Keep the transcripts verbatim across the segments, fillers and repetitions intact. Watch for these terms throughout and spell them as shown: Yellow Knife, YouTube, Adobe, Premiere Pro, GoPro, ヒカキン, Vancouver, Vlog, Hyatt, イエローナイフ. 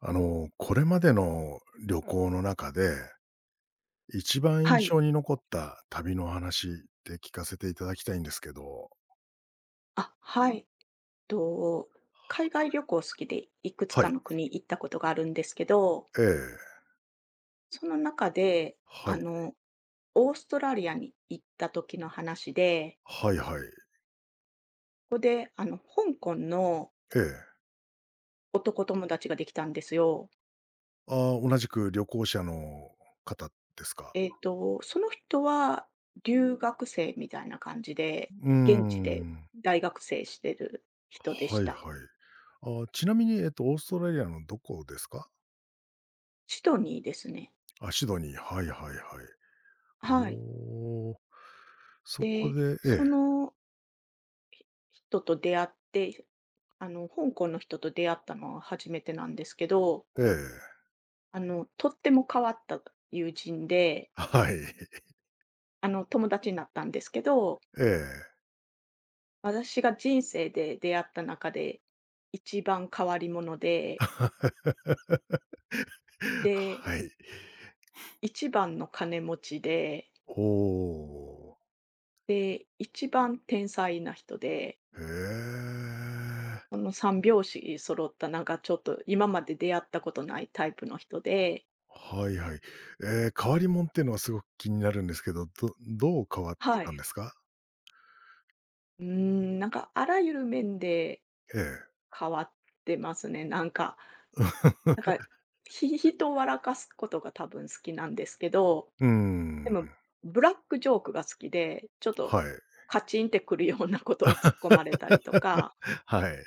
あの、これまでの旅行の中で、一番印はい。象に残った旅の話って聞かせていただきたいんですけど。あ、はい。と、海外旅行好きで、いくつはかい。の国行ったことがあるんですけど、ええ。その中で、はあい。の、オーストラリアに行った時の話で、はいはい。ここで、あの、香港のええ。男友達ができたんですよ。ああ、同じく旅行者の方ですか？えっと、その人は留学生みたいな感じで、うー現地でん。大学生してる人ではしいた。はい。ああ、ちなみに、えっと、オーストラリアのどこですか？シドニーですね。あ、シドニー。はいはいはい。おはい。お、そこで、で、そえの人と出会って、あの、香港の人と出会ったのは初めてなんですけど、え、ええ。あの、とっても変わった友人で、はい。あの、友達になったんですけど、ええ。私が人生で出会った中で一番変わり者で、で、はい。一番の金持ちで、おお、で、一番天才な人で、へえ。この三拍子揃ったなんかちょっと今まで出会ったことないタイプの人で、はいはい。えー変わりもんっていうのはすごく気になるんですけど、どどう変わってはい。たんですか？うーん、なんかあらゆる面でええ。変わってますね。なんか、なん か、ひ人を笑かすことが多分好きなんですけど、うーでん、もブラックジョークが好きで、ちょっとはい。カチンってくるようなことを突っ込まれたりとか、はい。う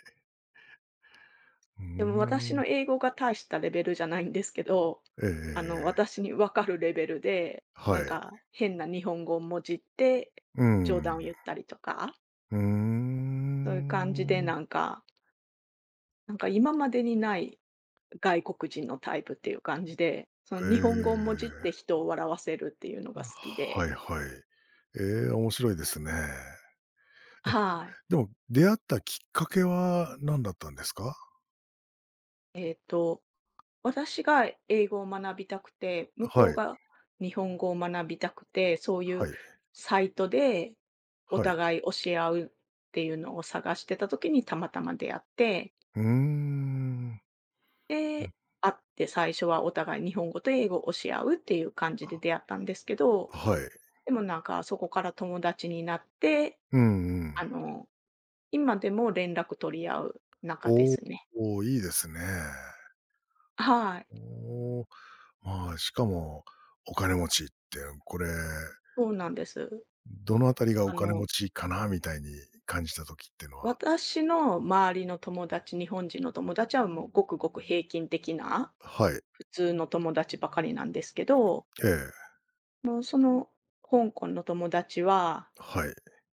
ーでも私ん。の英語が大したレベルじゃないんですけど、あの、ええ、私にわかるレベルで、はなんい。か変な日本語をもじってうー冗談を言ん。ったりとか、うーそういう感じでん。なんか、なんか今までにない外国人のタイプっていう感じで、そえの日本語をもじってえ。人を笑わせるっていうのが好きはで。いはい。ええ、面白いですね。え、はい。でも出会ったきっかけは何だったんですか？えっと、私が英語を学びたくて、向はこうい、が日本語を学びたくて、そういうはい、サイトでおはい。互い教え合うっていうのを探してた時にたまたま出会って、うーん。うん。で、会って最初はお互い日本語と英語を教え合うっていう感じであ、出会ったんですけど、はい。でもなんかそこから友達になって、うんうん。あの、今でも連絡取り合う仲でおーすね。おー、いいですね。はい、おお、まあ、しかも、お金持ちって、これ、そうなんです。どのあたりがあお金の、持ちかなみたいに感じたときっていうのは、私の周りの友達、日本人の友達はもうごくごく平均的なはい、普通の友達ばかりなんですけど、ええ、もうその香港の友達は、はい、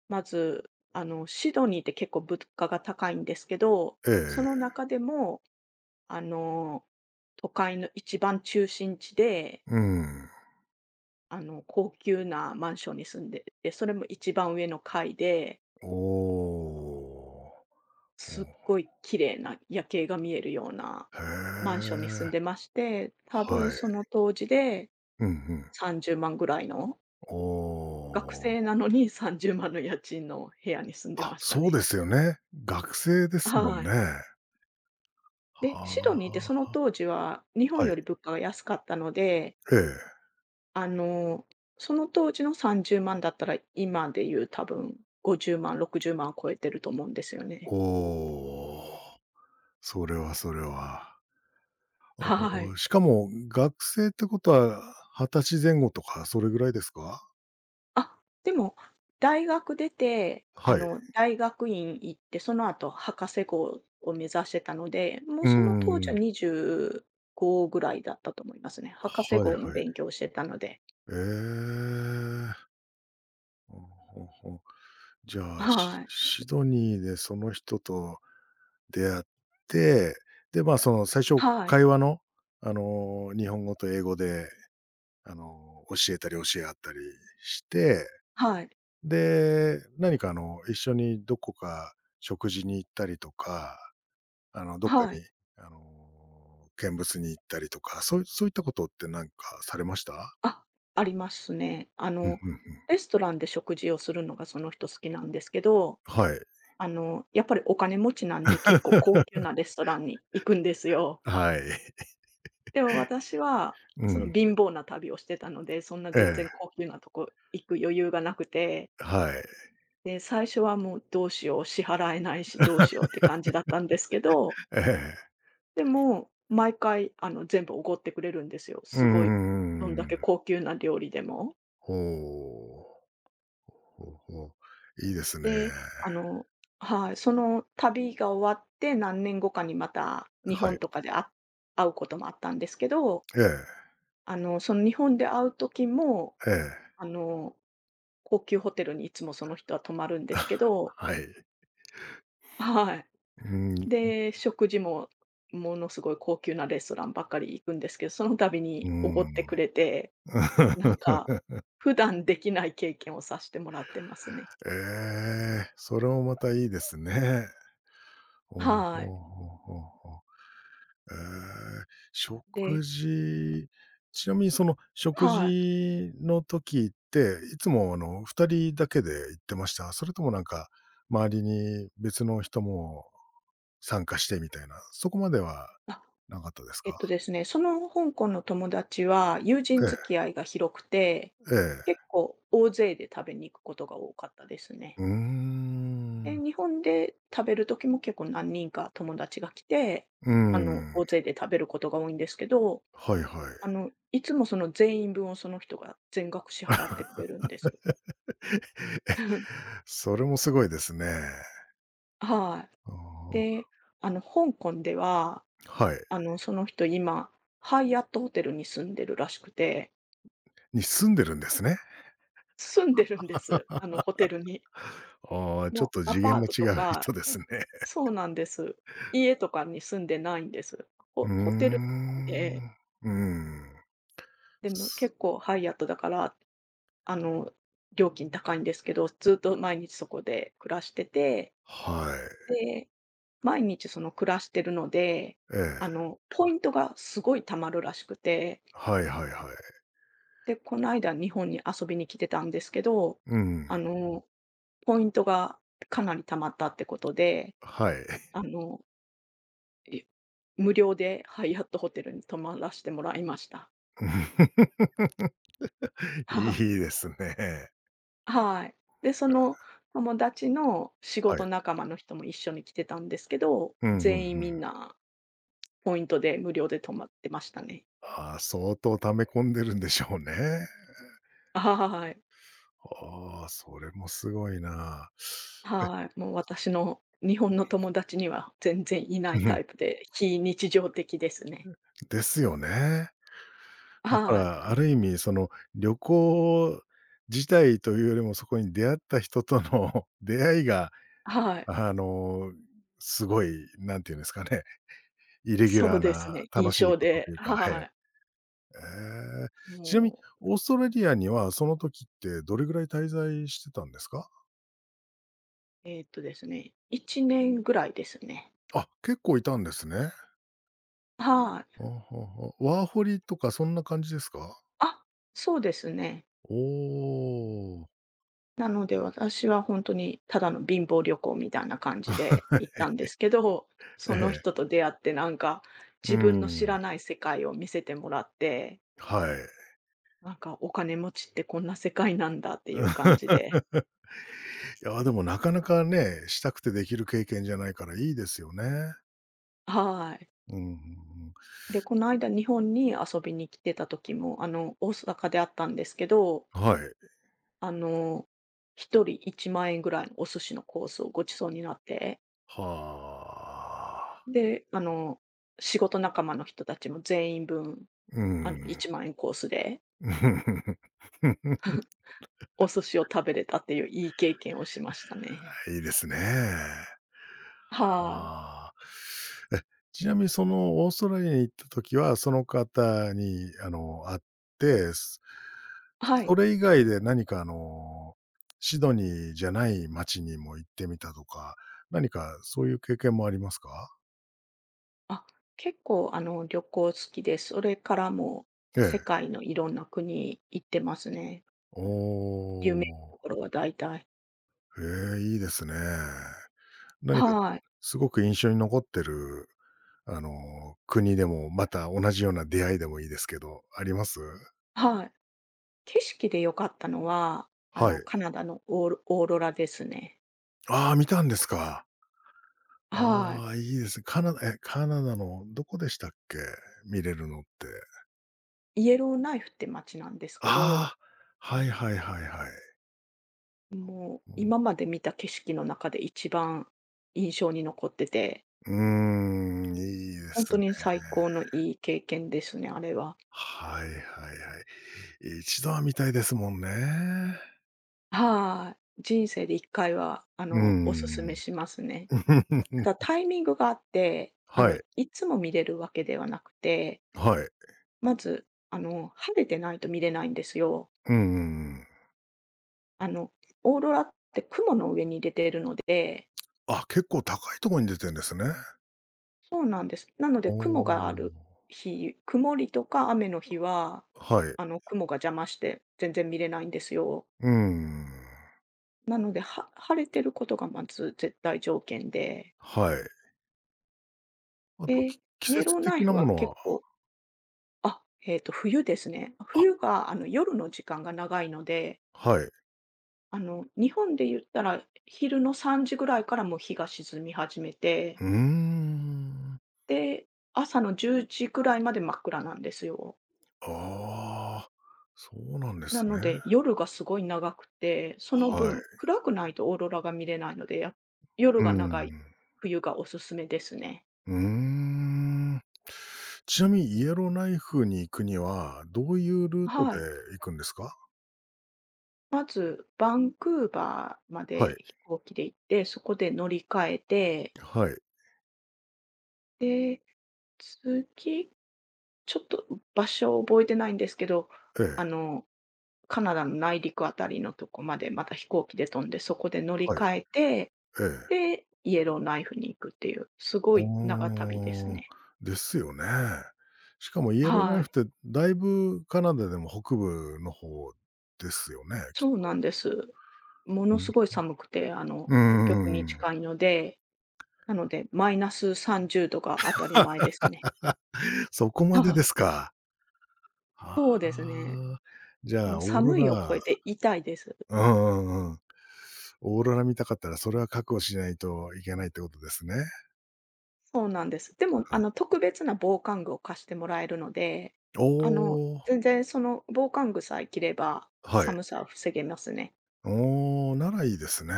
まず、あの、シドニーって結構物価が高いんですけど、えそのえ。中でも、あの、都会の一番中心地で、うん。あの、高級なマンションに住んでて、それも一番上の階で、おお。お、すっごい綺麗な夜景が見えるようなへマンションに住え、んでまして、多分はそい。の当時でうんうん。さんじゅうまんぐらいの、お学生なお。のにさんじゅうまんの家賃の部屋に住んであ、ましたそうでね。すよね。学生ですもんはね。い。はで、あ。シドニーってそのは当時は日本よい。り物価が安かったので、ええ。あの、その当時のさんじゅうまんだったら今でいう多分ごじゅうまん、ろくじゅうまん超えてると思うんですよね。おお、それはそれは。おはい。お、しかも学生ってことは、二十歳前後とかそれぐらいですか？あ、でも、大学出て、あはい。の、大学院行って、その後博士号を目指してたので、もううーその当時はん。にじゅうごぐらいだったと思いますね。博士はいはい。号の勉強をしてたので。ええ。ほうほうほう。じゃあ、シはい。シドニーでその人と出会って、で、まあ、その最初はい。会話の、あのー、日本語と英語で、あのー、教えたり教え合ったりしてはい。で、何かあの、一緒にどこか食事に行ったりとか、あの、どっかに、はい。あの、見物に行ったりとか、そういそういったことってなんかされました？あ、ありますね。あうんうの、んうん。レストランで食事をするのがその人好きなんですけど、はい。あの、やっぱりお金持ちなんで結構高級なレストランに行くんですよ。はい。でも私は、うそのん。貧乏な旅をしてたので、そんなえ全え。然高級なとこ行く余裕がなくて、はい。で、最初はもうどうしよう、支払えないしどうしようっ て感じだったんですけど、ええ。でも毎回あの全部おごってくれるんですよ。うんうすごい、どんだんうんうけん、高級な料理でも。ほうほうほう。いいですね。で、あのはい、その旅が終わって何年後かにまた日は本い。とかで会会うこともあったんですけど、ええ。あの、その日本で会う時も、ええ。あの、高級ホテルにいつもその人は泊まるんですけ ど、はい。はい。うん、で、食事もものすごい高級なレストランばっかり行くんですけど、その度うにおごってん。くれて、なんか、普段できない経験をさせてもらってますね。ええ、それもまたいいですね。ほうはほうい。ほうほうほう。ええ、で、食事ちなみにその食はい。事の時って、いつもあの、ふたりだけで行ってました？それともなんか、周りに別の人も参加してみたいな、そこまではあ、なかったですえっか？とですね、その香港の友達は友人付えき合いが広くて、え、ええ。結構大勢で食べに行くことが多かったですね。うーで、ん。日本で食べる時も結構何人か友達が来て、うーあの、大ん。勢で食べることが多いんですけど、はいはい。あの、いつもその全員分をその人が全額支払ってくれるんです。え、それもすごいですね。はい。ああ、で、あの、香港では、はい。あの、その人今、ハイアットホテルに住んでるらしくて、に住んでるんですね。住んでるんです。あの、ホテルに。ああ、ちょもっうとア次パ元ーのトと違うか、人ですね。そうなんです。家とかに住んでないんです。うーホホテル内ん。で、うーん。でもす結構ハイアットだから、あの、料金高いんですけど、ずっと毎日そこで暮らしてて、はで、毎日その暮らしてるので、い。えあえ。の、ポイントがすごい貯まるらしくて、はいはいはい。で、この間日本に遊びに来てたんですけど、うん。あの、ポイントがかなり貯まったってことで、はい。あの、い無料でハイアットホテルに泊まらせてもらいました。はいいい。ですね。はい。で、その友達の仕は事い。仲間の人も一緒に来てたんですけど、うんうんうん。全員みんなポイントで無料で泊まってましたね。ああ、相当溜め込んでるんでしょうね。はい。ああ、それもすごいな。え、はい。もう私の日本の友達には全然いないうタん、イプで、非日常的ですね。ですよね。だかはい。ら、ある意味その、旅行自体というよりも、そこに出会った人との 出会いが、はい。あの、すごい、なんていうんですかね、イレギュラそーうですなね、印楽しい象こととで、いうか、ははい。い。えーちなみに、もう、オーストラリアにはその時ってどれぐらい滞在してたんですか？えーっとですね、いちねんぐらいですね。あ、結構いたんですね。はい。はあはあはワーホリとかそんな感じですか？あ、そうですね。おお。なので、私は本当にただの貧乏旅行みたいな感じで 行ったんですけど、えそのえ。人と出会ってなんか、うー自分の知らん。ない世界を見せてもらって、はい。なんかお金持ちってこんな世界なんだっていう感 じで、いや、でもなかなかね、したくてできる経験じゃないからいいですよね。はい。うん、うんで、この間日本に遊びに来てた時も、あの、大阪であったんですけど、うん。はい。あの、一人いちまん円ぐらいのお寿司のコースをご馳走になって、はあ。で、あの、仕事仲間の人たちも全員分、うあの、ん。いちまん円コースで お寿司を食べれたっていういい経験をしましたね。いいですね。はい。ああ。ちなみにそのオーストラリアに行った時は、その方にあの、会って、すはそい。れ以外で何かあの、シドニーじゃない街にも行ってみたとか、何かそういう経験もありますか？あ、結構、あの、旅行好きで、それからもえ世え。界のいろんな国行ってますね。おあの、有名なとお、ころは大体。ええ、いいですね。何かはい。すごく印象に残ってる、あの、国でも、また同じような出会いでもいいですけど、あります？はい。景色で良かったのは、あはの、い。カナダのオーロオーロラですね。ああ、見たんですか。はい。ああ、いいですね。カナダえ、カナダのどこでしたっけ？見れるのって。イエローナイフって街なんですけど、ああ、はいはいはいはい。もう、今うまで見た景色の中で一番印象に残ってて、ん、うーん、いいで本す当ね。に最高のいい経験ですね、あれは。はいはいはい。一度は見たいですもんね。はい。人生で一回は、あうーの、お勧めん。しますね。ただ タイミングがあって、あはの、い。いつも見れるわけではなくて、はい。まず、あの、晴れてないと見れないんですよ。うんうんうん。あの、オーロラって雲の上に出てるので。あ、結構高いところに出てんですね。そうなんです。なのおで雲があお。る日、曇りとか雨の日は、はい。あの、雲が邪魔して全然見れないんですよ。うーん。なので、は晴れてることがまず絶対条件で、はい。あと、で、き季イエロ節ーナ的イフなもはの結は。構、あ、えっと、冬ですね。冬あ、が、あの、夜の時間が長いので、はい。あの、日本で言ったら昼のさんじぐらいからもう日が沈み始めて、うーん。で、朝のじゅうじぐらいまで真っ暗なんですよ。ああ、そうなんでなすね。ので、夜がすごい長くて、そのは分、い。暗くないとオーロラが見れないので、や夜うが長いん。冬がおすすめですね。うーん。ちなみにイエローナイフに行くには、どういうルートではい。行くんですか？まず、バンクーバーまはでい。飛行機で行って、そこで乗り換えて、はい。で、次、ちょっと場所を覚えてないんですけど、えあえ。の、カナダの内陸あたりのとこまでまた飛行機で飛んで、そこで乗りはい。換えて、ええ。で、イエローナイフに行くっていう、すうごーい長旅ですん、ね。ですよね。しかもイエローナイはフっい。てだいぶカナダでも北部の方ですよね、きっそうなと。んです。もうのん。すごい寒くて、あうーの、北極にん。近いので、なので、マイナスさんじゅうどが当たり前ですね。そこ まではでい。すか。はそうですね。あ。じゃもうあ、オーロ寒いを超えラ。て痛いです。うんうんうん。オーロラ見たかったらそれは覚悟しないといけないってことですね。はそうなんです。でも、あの、い。特別な防寒具を貸してもらえるので、おあの、お、全然その防寒具さえ着れば、はい。寒さは防げますね。おお、ならいいですね。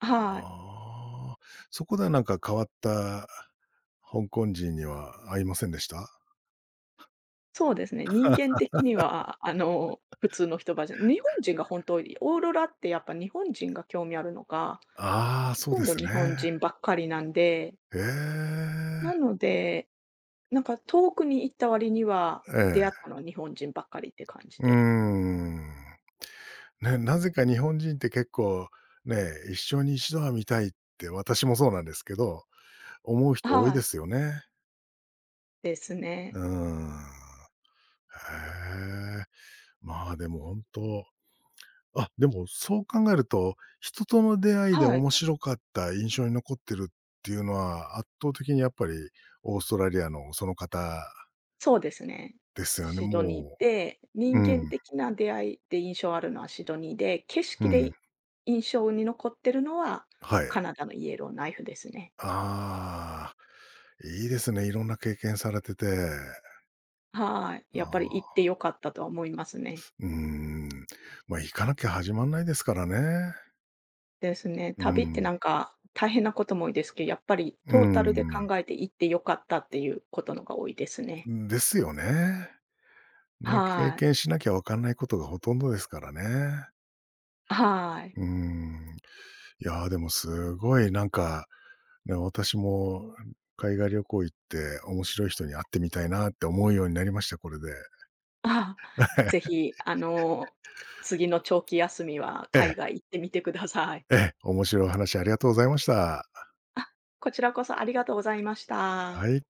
はい。ああ、そこではなんか変わった香港人には会いませんでした？そうですね。人間的には、あの、普通の人ばじゃ日本人が本当、オーロラってやっぱ日本人が興味あるのか、ああ、そうほとでんどす日本ね。人ばっかりなんで、えなえ。ので、なんか遠くに行った割には、え出会っえ。たのは日本人ばっかりって感じうーで。ん。ね、なぜか日本人って結構ね、一生に一度は見たいって私もそうなんですけど、思う人多いはでい、すよね。ですうね。ーん。へえ。まあ、でも本当、あ、でもそう考えると、人との出会いではい、面白かった印象に残ってるっていうのは、圧倒的にやっぱりオーストラリアのその方そうですね。ですよね、シドニーもで、う、う人間ん、的な出会いで印象あるのはシドニーで、景う色ん、で印象に残ってるのは、はい。カナダのイエローナイフですね。ああ、いいですね、いろんな経験されてて。はい、あやっぱり行っあ、て良かったとは思いますね。うーん、ま、行かなきゃ始まんないですからね。ですね。う旅ってん、なんか大変なことも多いですけど、やっぱりトータルで考うえて行って良かったっていうことのが多いですね。ーん、ですよね。ね、経はい。験しなきゃわかんないことがほとんどですからね。はい。うーん、いや、でもすごいなんか、ね、私も海外旅行行って面白い人に会ってみたいなって思うようになりました、これで。ああ、ぜ ひ、あの、次の長期休みはえ海え。外行ってみてください。ええ、面白いお話ありがとうございました。あ、こちらこそありがとうございましはた。い。